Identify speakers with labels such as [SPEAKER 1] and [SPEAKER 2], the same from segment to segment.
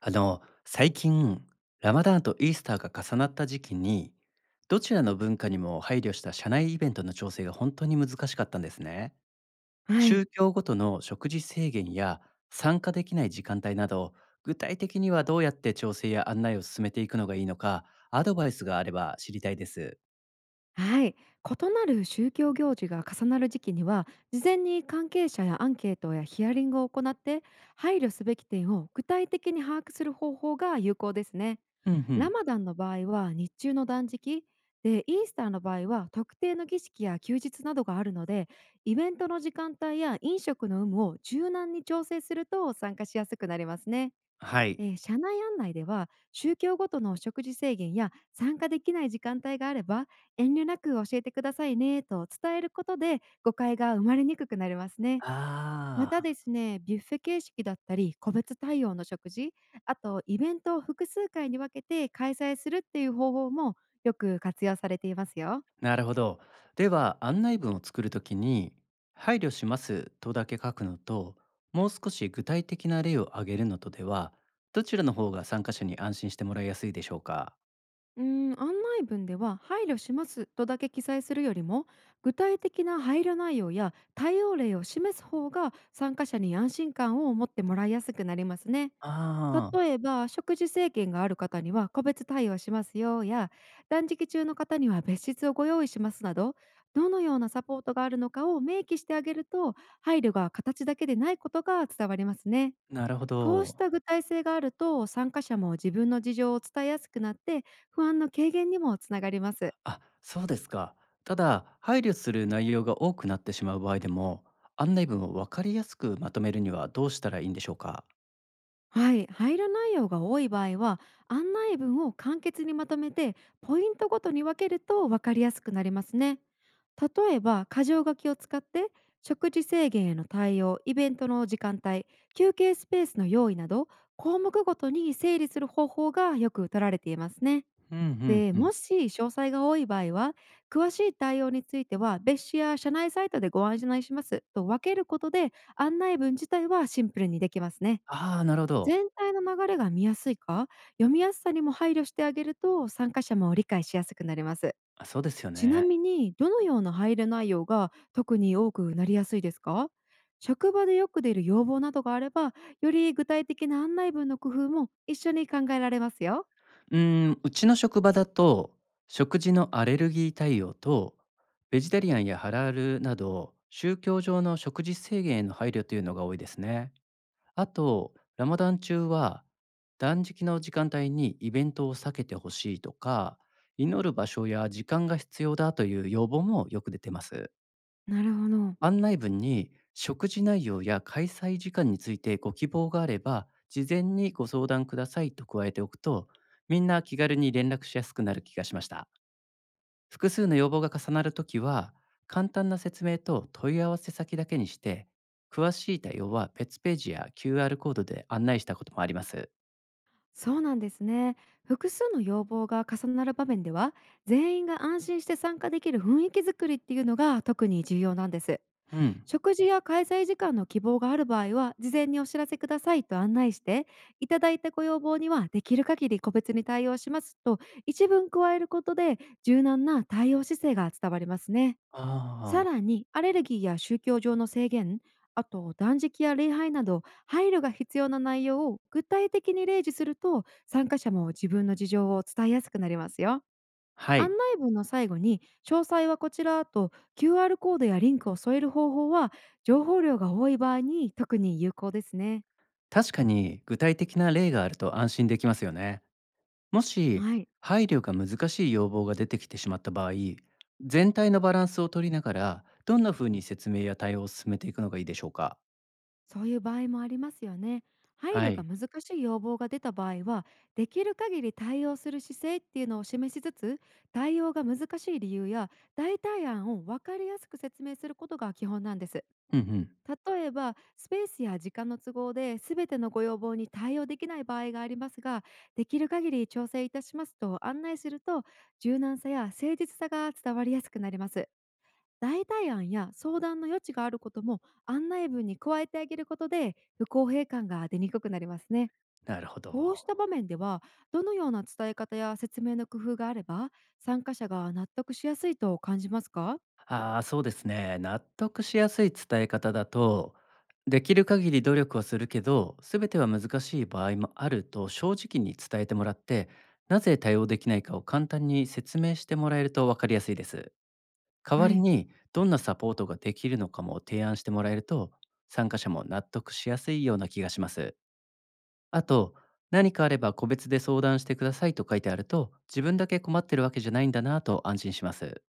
[SPEAKER 1] 最近、ラマダーンとイースターが重なった時期に、どちらの文化にも配慮した社内イベントの調整が本当に難しかったんですね。
[SPEAKER 2] はい、
[SPEAKER 1] 宗教ごとの食事制限や参加できない時間帯など、具体的にはどうやって調整や案内を進めていくのがいいのか、アドバイスがあれば知りたいです。
[SPEAKER 2] はい、異なる宗教行事が重なる時期には事前に関係者やアンケートやヒアリングを行って、配慮すべき点を具体的に把握する方法が有効ですね。
[SPEAKER 1] うんう
[SPEAKER 2] ラ
[SPEAKER 1] ん。
[SPEAKER 2] マダンの場合は日中の断食で、イースターの場合は特定の儀式や休日などがあるので、イベントの時間帯や飲食の有無を柔軟に調整すると参加しやすくなりますね。
[SPEAKER 1] はい。
[SPEAKER 2] 社内案内では、宗教ごとの食事制限や参加できない時間帯があれば遠慮なく教えてくださいねと伝えることで、誤解が生まれにくくなりますね。ま
[SPEAKER 1] あ
[SPEAKER 2] たで
[SPEAKER 1] あ。
[SPEAKER 2] すね、ビュッフェ形式だったり個別対応の食事、あとイベントを複数回に分けて開催するっていう方法もよく活用されていますよ。
[SPEAKER 1] なるほど。では案内文を作るときに「配慮します」とだけ書くのと、もう少し具体的な例を挙げるのとでは、どちらの方が参加者に安心してもらいやすいでしょうか？
[SPEAKER 2] うー案内文では配慮しますとだけ記載するよりも、具体的な配慮内容や対応例を示す方が参加者に安心感を持ってもらいやすくなりますね。
[SPEAKER 1] ああ、
[SPEAKER 2] 例えば、食事制限がある方には個別対応しますよや、断食中の方には別室をご用意しますなど、どのようなサポートがあるのかを明記してあげると、配慮が形だけでないことが伝わりますね。
[SPEAKER 1] ーなるほ
[SPEAKER 2] こうし
[SPEAKER 1] ど。
[SPEAKER 2] た具体性があると、参加者も自分の事情を伝えやすくなって、不安の軽減にもつながります。
[SPEAKER 1] あ、そうですか。ただ配慮する内容が多くなってしまう場合でも、案内文を分かりやすくまとめるにはどうしたらいいんでしょうか？
[SPEAKER 2] はい、入る内容が多い場合は案内文を簡潔にまとめて、ポイントごとに分けると分かりやすくなりますね。例えば箇条書きを使って、食事制限への対応、イベントの時間帯、休憩スペースの用意など項目ごとに整理する方法がよく取られていますね。
[SPEAKER 1] うんうん
[SPEAKER 2] で、
[SPEAKER 1] うん。
[SPEAKER 2] もし詳細が多い場合は、詳しい対応については別紙や社内サイトでご案内しますと分けることで、案内文自体はシンプルにできますね。
[SPEAKER 1] ああ、なるほど。
[SPEAKER 2] 全体の流れが見やすいか、読みやすさにも配慮してあげると参加者も理解しやすくなります。
[SPEAKER 1] あ、そうですよ
[SPEAKER 2] ちな
[SPEAKER 1] ね。
[SPEAKER 2] みに、どのような配慮内容が特に多くなりやすいですか？職場でよく出る要望などがあれば、より具体的な案内文の工夫も一緒に考えられますよ。
[SPEAKER 1] うーん、うちの職場だと、食事のアレルギー対応と、ベジタリアンやハラールなど、宗教上の食事制限への配慮というのが多いですね。あと、ラマダン中は、断食の時間帯にイベントを避けてほしいとか、祈る場所や時間が必要だという要望もよく出てます。
[SPEAKER 2] なるほど。
[SPEAKER 1] 案内文に食事内容や開催時間についてご希望があれば、事前にご相談くださいと加えておくと、みんな気軽に連絡しやすくなる気がしました。複数の要望が重なるときは、簡単な説明と問い合わせ先だけにして、詳しい対応は別ページや QR コードで案内したこともあります。
[SPEAKER 2] そうなんですね。複数の要望が重なる場面では、全員が安心して参加できる雰囲気づくりっていうのが特に重要なんです。
[SPEAKER 1] うん。
[SPEAKER 2] 食事や開催時間の希望がある場合は事前にお知らせくださいと案内して、いただいたご要望にはできる限り個別に対応しますと一文加えることで、柔軟な対応姿勢が伝わりますね。
[SPEAKER 1] あ
[SPEAKER 2] さ
[SPEAKER 1] あ。
[SPEAKER 2] らにアレルギーや宗教上の制限、あと断食や礼拝など配慮が必要な内容を具体的に例示すると、参加者も自分の事情を伝えやすくなりますよ。
[SPEAKER 1] はい。
[SPEAKER 2] 案内文の最後に「詳細はこちら」と QR コードやリンクを添える方法は、情報量が多い場合に特に有効ですね。
[SPEAKER 1] 確かに具体的な例があると安心できますよね。もし
[SPEAKER 2] はい、
[SPEAKER 1] 配慮が難しい要望が出てきてしまった場合、全体のバランスを取りながらどんな風に説明や対応を進めていくのがいいでしょうか？
[SPEAKER 2] そういう場合もありますよね。配
[SPEAKER 1] は
[SPEAKER 2] 慮が
[SPEAKER 1] い。
[SPEAKER 2] 難しい要望が出た場合は、できる限り対応する姿勢っていうのを示しつつ、対応が難しい理由や代替案を分かりやすく説明することが基本なんです。
[SPEAKER 1] うんうん。
[SPEAKER 2] 例えば、スペースや時間の都合で全てのご要望に対応できない場合がありますが、できる限り調整いたしますと案内すると、柔軟さや誠実さが伝わりやすくなります。代替案や相談の余地があることも案内文に加えてあげることで、不公平感が出にくくなりますね。
[SPEAKER 1] なるほど。
[SPEAKER 2] こうした場面では、どのような伝え方や説明の工夫があれば参加者が納得しやすいと感じますか？
[SPEAKER 1] ああ、そうですね。納得しやすい伝え方だと、できる限り努力はするけど全ては難しい場合もあると正直に伝えてもらって、なぜ対応できないかを簡単に説明してもらえると分かりやすいです。代わ
[SPEAKER 2] は
[SPEAKER 1] り
[SPEAKER 2] い、
[SPEAKER 1] にどんなサポートができるのかも提案してもらえると、参加者も納得しやすいような気がします。あと、何かあれば個別で相談してくださいと書いてあると、自分だけ困ってるわけじゃないんだなと安心します。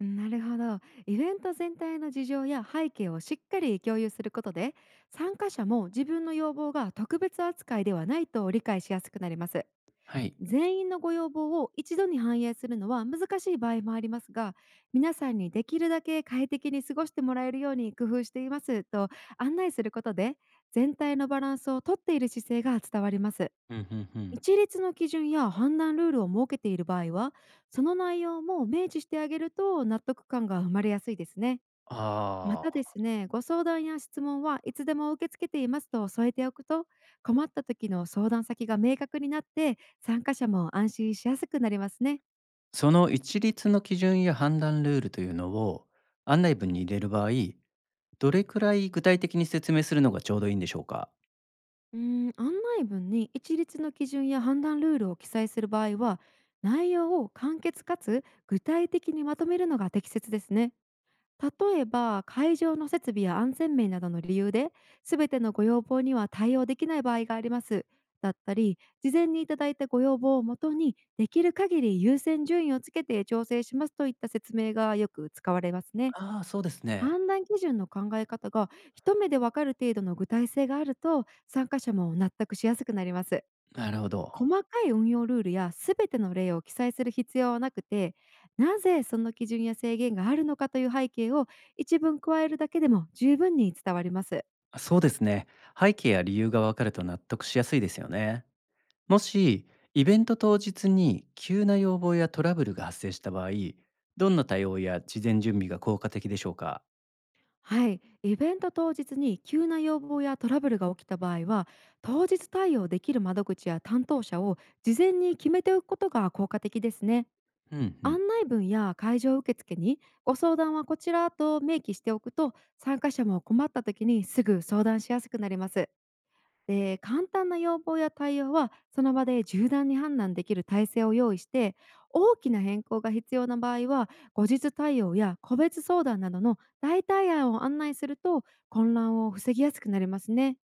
[SPEAKER 2] なるほど。イベント全体の事情や背景をしっかり共有することで、参加者も自分の要望が特別扱いではないと理解しやすくなります。
[SPEAKER 1] はい。
[SPEAKER 2] 全員のご要望を一度に反映するのは難しい場合もありますが、皆さんにできるだけ快適に過ごしてもらえるように工夫していますと案内することで、全体のバランスをとっている姿勢が伝わります。
[SPEAKER 1] うんうんうん。
[SPEAKER 2] 一律の基準や判断ルールを設けている場合は、その内容も明示してあげると納得感が生まれやすいですね。ま
[SPEAKER 1] あ
[SPEAKER 2] たで
[SPEAKER 1] あ。
[SPEAKER 2] すね、ご相談や質問はいつでも受け付けていますと添えておくと、困った時の相談先が明確になって参加者も安心しやすくなりますね。
[SPEAKER 1] その一律の基準や判断ルールというのを案内文に入れる場合、どれくらい具体的に説明するのがちょうどいいんでしょうか？
[SPEAKER 2] うー案内文に一律の基準や判断ルールを記載する場合は、内容を簡潔かつ具体的にまとめるのが適切ですね。例えば、会場の設備や安全面などの理由で全てのご要望には対応できない場合がありますだったり、事前にいただいたご要望をもとにできる限り優先順位をつけて調整しますといった説明がよく使われますね。
[SPEAKER 1] ああー、そうですね。
[SPEAKER 2] 判断基準の考え方が一目でわかる程度の具体性があると、参加者も納得しやすくなります。
[SPEAKER 1] なるほど。
[SPEAKER 2] 細かい運用ルールやすべての例を記載する必要はなくて、なぜその基準や制限があるのかという背景を一文加えるだけでも十分に伝わります。
[SPEAKER 1] あ、そうですね。背景や理由がわかると納得しやすいですよね。もし、イベント当日に急な要望やトラブルが発生した場合、どんな対応や事前準備が効果的でしょうか？
[SPEAKER 2] はい、イベント当日に急な要望やトラブルが起きた場合は、当日対応できる窓口や担当者を事前に決めておくことが効果的ですね。
[SPEAKER 1] うんうん。
[SPEAKER 2] 案内文や会場受付にご相談はこちらと明記しておくと、参加者も困った時にすぐ相談しやすくなります。で、簡単な要望や対応はその場で柔軟に判断できる体制を用意して、大きな変更が必要な場合は、後日対応や個別相談などの代替案を案内すると混乱を防ぎやすくなりますね。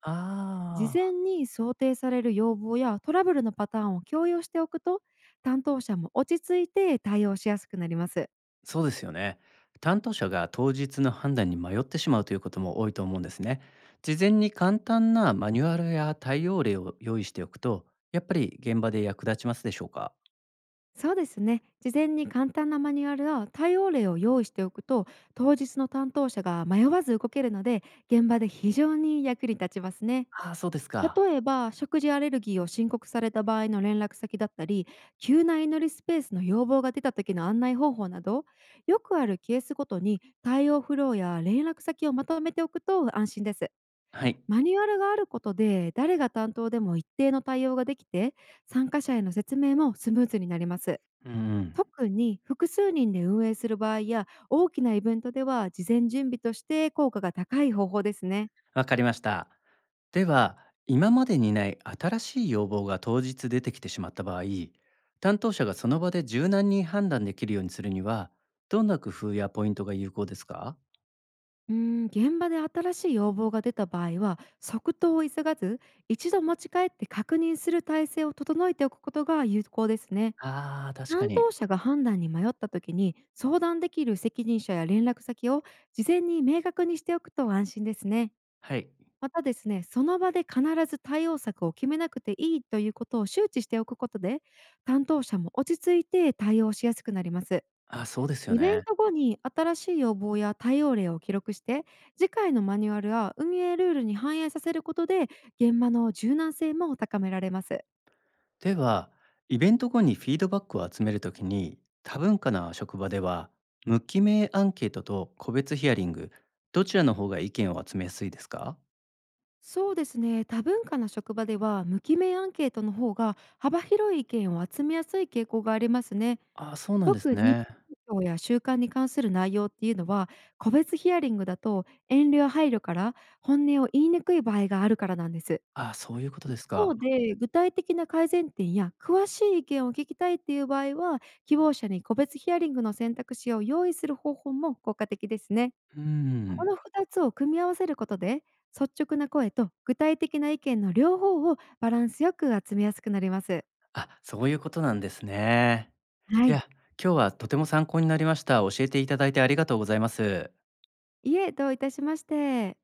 [SPEAKER 2] 事
[SPEAKER 1] あ
[SPEAKER 2] 前
[SPEAKER 1] あ、
[SPEAKER 2] に想定される要望やトラブルのパターンを共有しておくと、担当者も落ち着いて対応しやすくなります。
[SPEAKER 1] そうですよね。担当者が当日の判断に迷ってしまうということも多いと思うんですね。事前に簡単なマニュアルや対応例を用意しておくと、やっぱり現場で役立ちますでしょうか？
[SPEAKER 2] そうですね。事前に簡単なマニュアルや対応例を用意しておくと、当日の担当者が迷わず動けるので、現場で非常に役に立ちますね。
[SPEAKER 1] ああー、そうですか。
[SPEAKER 2] 例えば、食事アレルギーを申告された場合の連絡先だったり、急な祈りスペースの要望が出た時の案内方法など、よくあるケースごとに対応フローや連絡先をまとめておくと安心です。
[SPEAKER 1] はい。
[SPEAKER 2] マニュアルがあることで、誰が担当でも一定の対応ができて、参加者への説明もスムーズになります。
[SPEAKER 1] うんうん。
[SPEAKER 2] 特に複数人で運営する場合や大きなイベントでは、事前準備として効果が高い方法ですね。
[SPEAKER 1] わかりました。では、今までにない新しい要望が当日出てきてしまった場合、担当者がその場で柔軟に判断できるようにするには、どんな工夫やポイントが有効ですか？
[SPEAKER 2] 現場で新しい要望が出た場合は、即答を急がず一度持ち帰って確認する体制を整えておくことが有効ですね。
[SPEAKER 1] ああー、確か
[SPEAKER 2] 担当
[SPEAKER 1] に。
[SPEAKER 2] 者が判断に迷った時に相談できる責任者や連絡先を事前に明確にしておくと安心ですね。
[SPEAKER 1] はい。
[SPEAKER 2] またですね、その場で必ず対応策を決めなくていいということを周知しておくことで、担当者も落ち着いて対応しやすくなります。
[SPEAKER 1] あ、そうですよ
[SPEAKER 2] イベン
[SPEAKER 1] ね。
[SPEAKER 2] ト後に新しい要望や対応例を記録して、次回のマニュアルや運営ルールに反映させることで、現場の柔軟性も高められます。
[SPEAKER 1] では、イベント後にフィードバックを集めるときに、多文化な職場では、無記名アンケートと個別ヒアリング、どちらの方が意見を集めやすいですか？
[SPEAKER 2] そうですね、多文化な職場では無記名アンケートの方が幅広い意見を集めやすい傾向がありますね。
[SPEAKER 1] あー、そうなんです
[SPEAKER 2] 特に、
[SPEAKER 1] ね。
[SPEAKER 2] 宗教や習慣に関する内容っていうのは、個別ヒアリングだと遠慮や配慮から本音を言いにくい場合があるからなんです。
[SPEAKER 1] ああ、そういうことで
[SPEAKER 2] 一
[SPEAKER 1] すか。
[SPEAKER 2] 方で、具体的な改善点や詳しい意見を聞きたいっていう場合は、希望者に個別ヒアリングの選択肢を用意する方法も効果的ですね。
[SPEAKER 1] う
[SPEAKER 2] この
[SPEAKER 1] ん。
[SPEAKER 2] 2つを組み合わせることで、率直な声と具体的な意見の両方をバランスよく集めやすくなります。
[SPEAKER 1] あ、そういうことなんですね。
[SPEAKER 2] は
[SPEAKER 1] い
[SPEAKER 2] い。
[SPEAKER 1] や、今日はとても参考になりました。教えていただいてありがとうございます。
[SPEAKER 2] いえ、どういたしまして。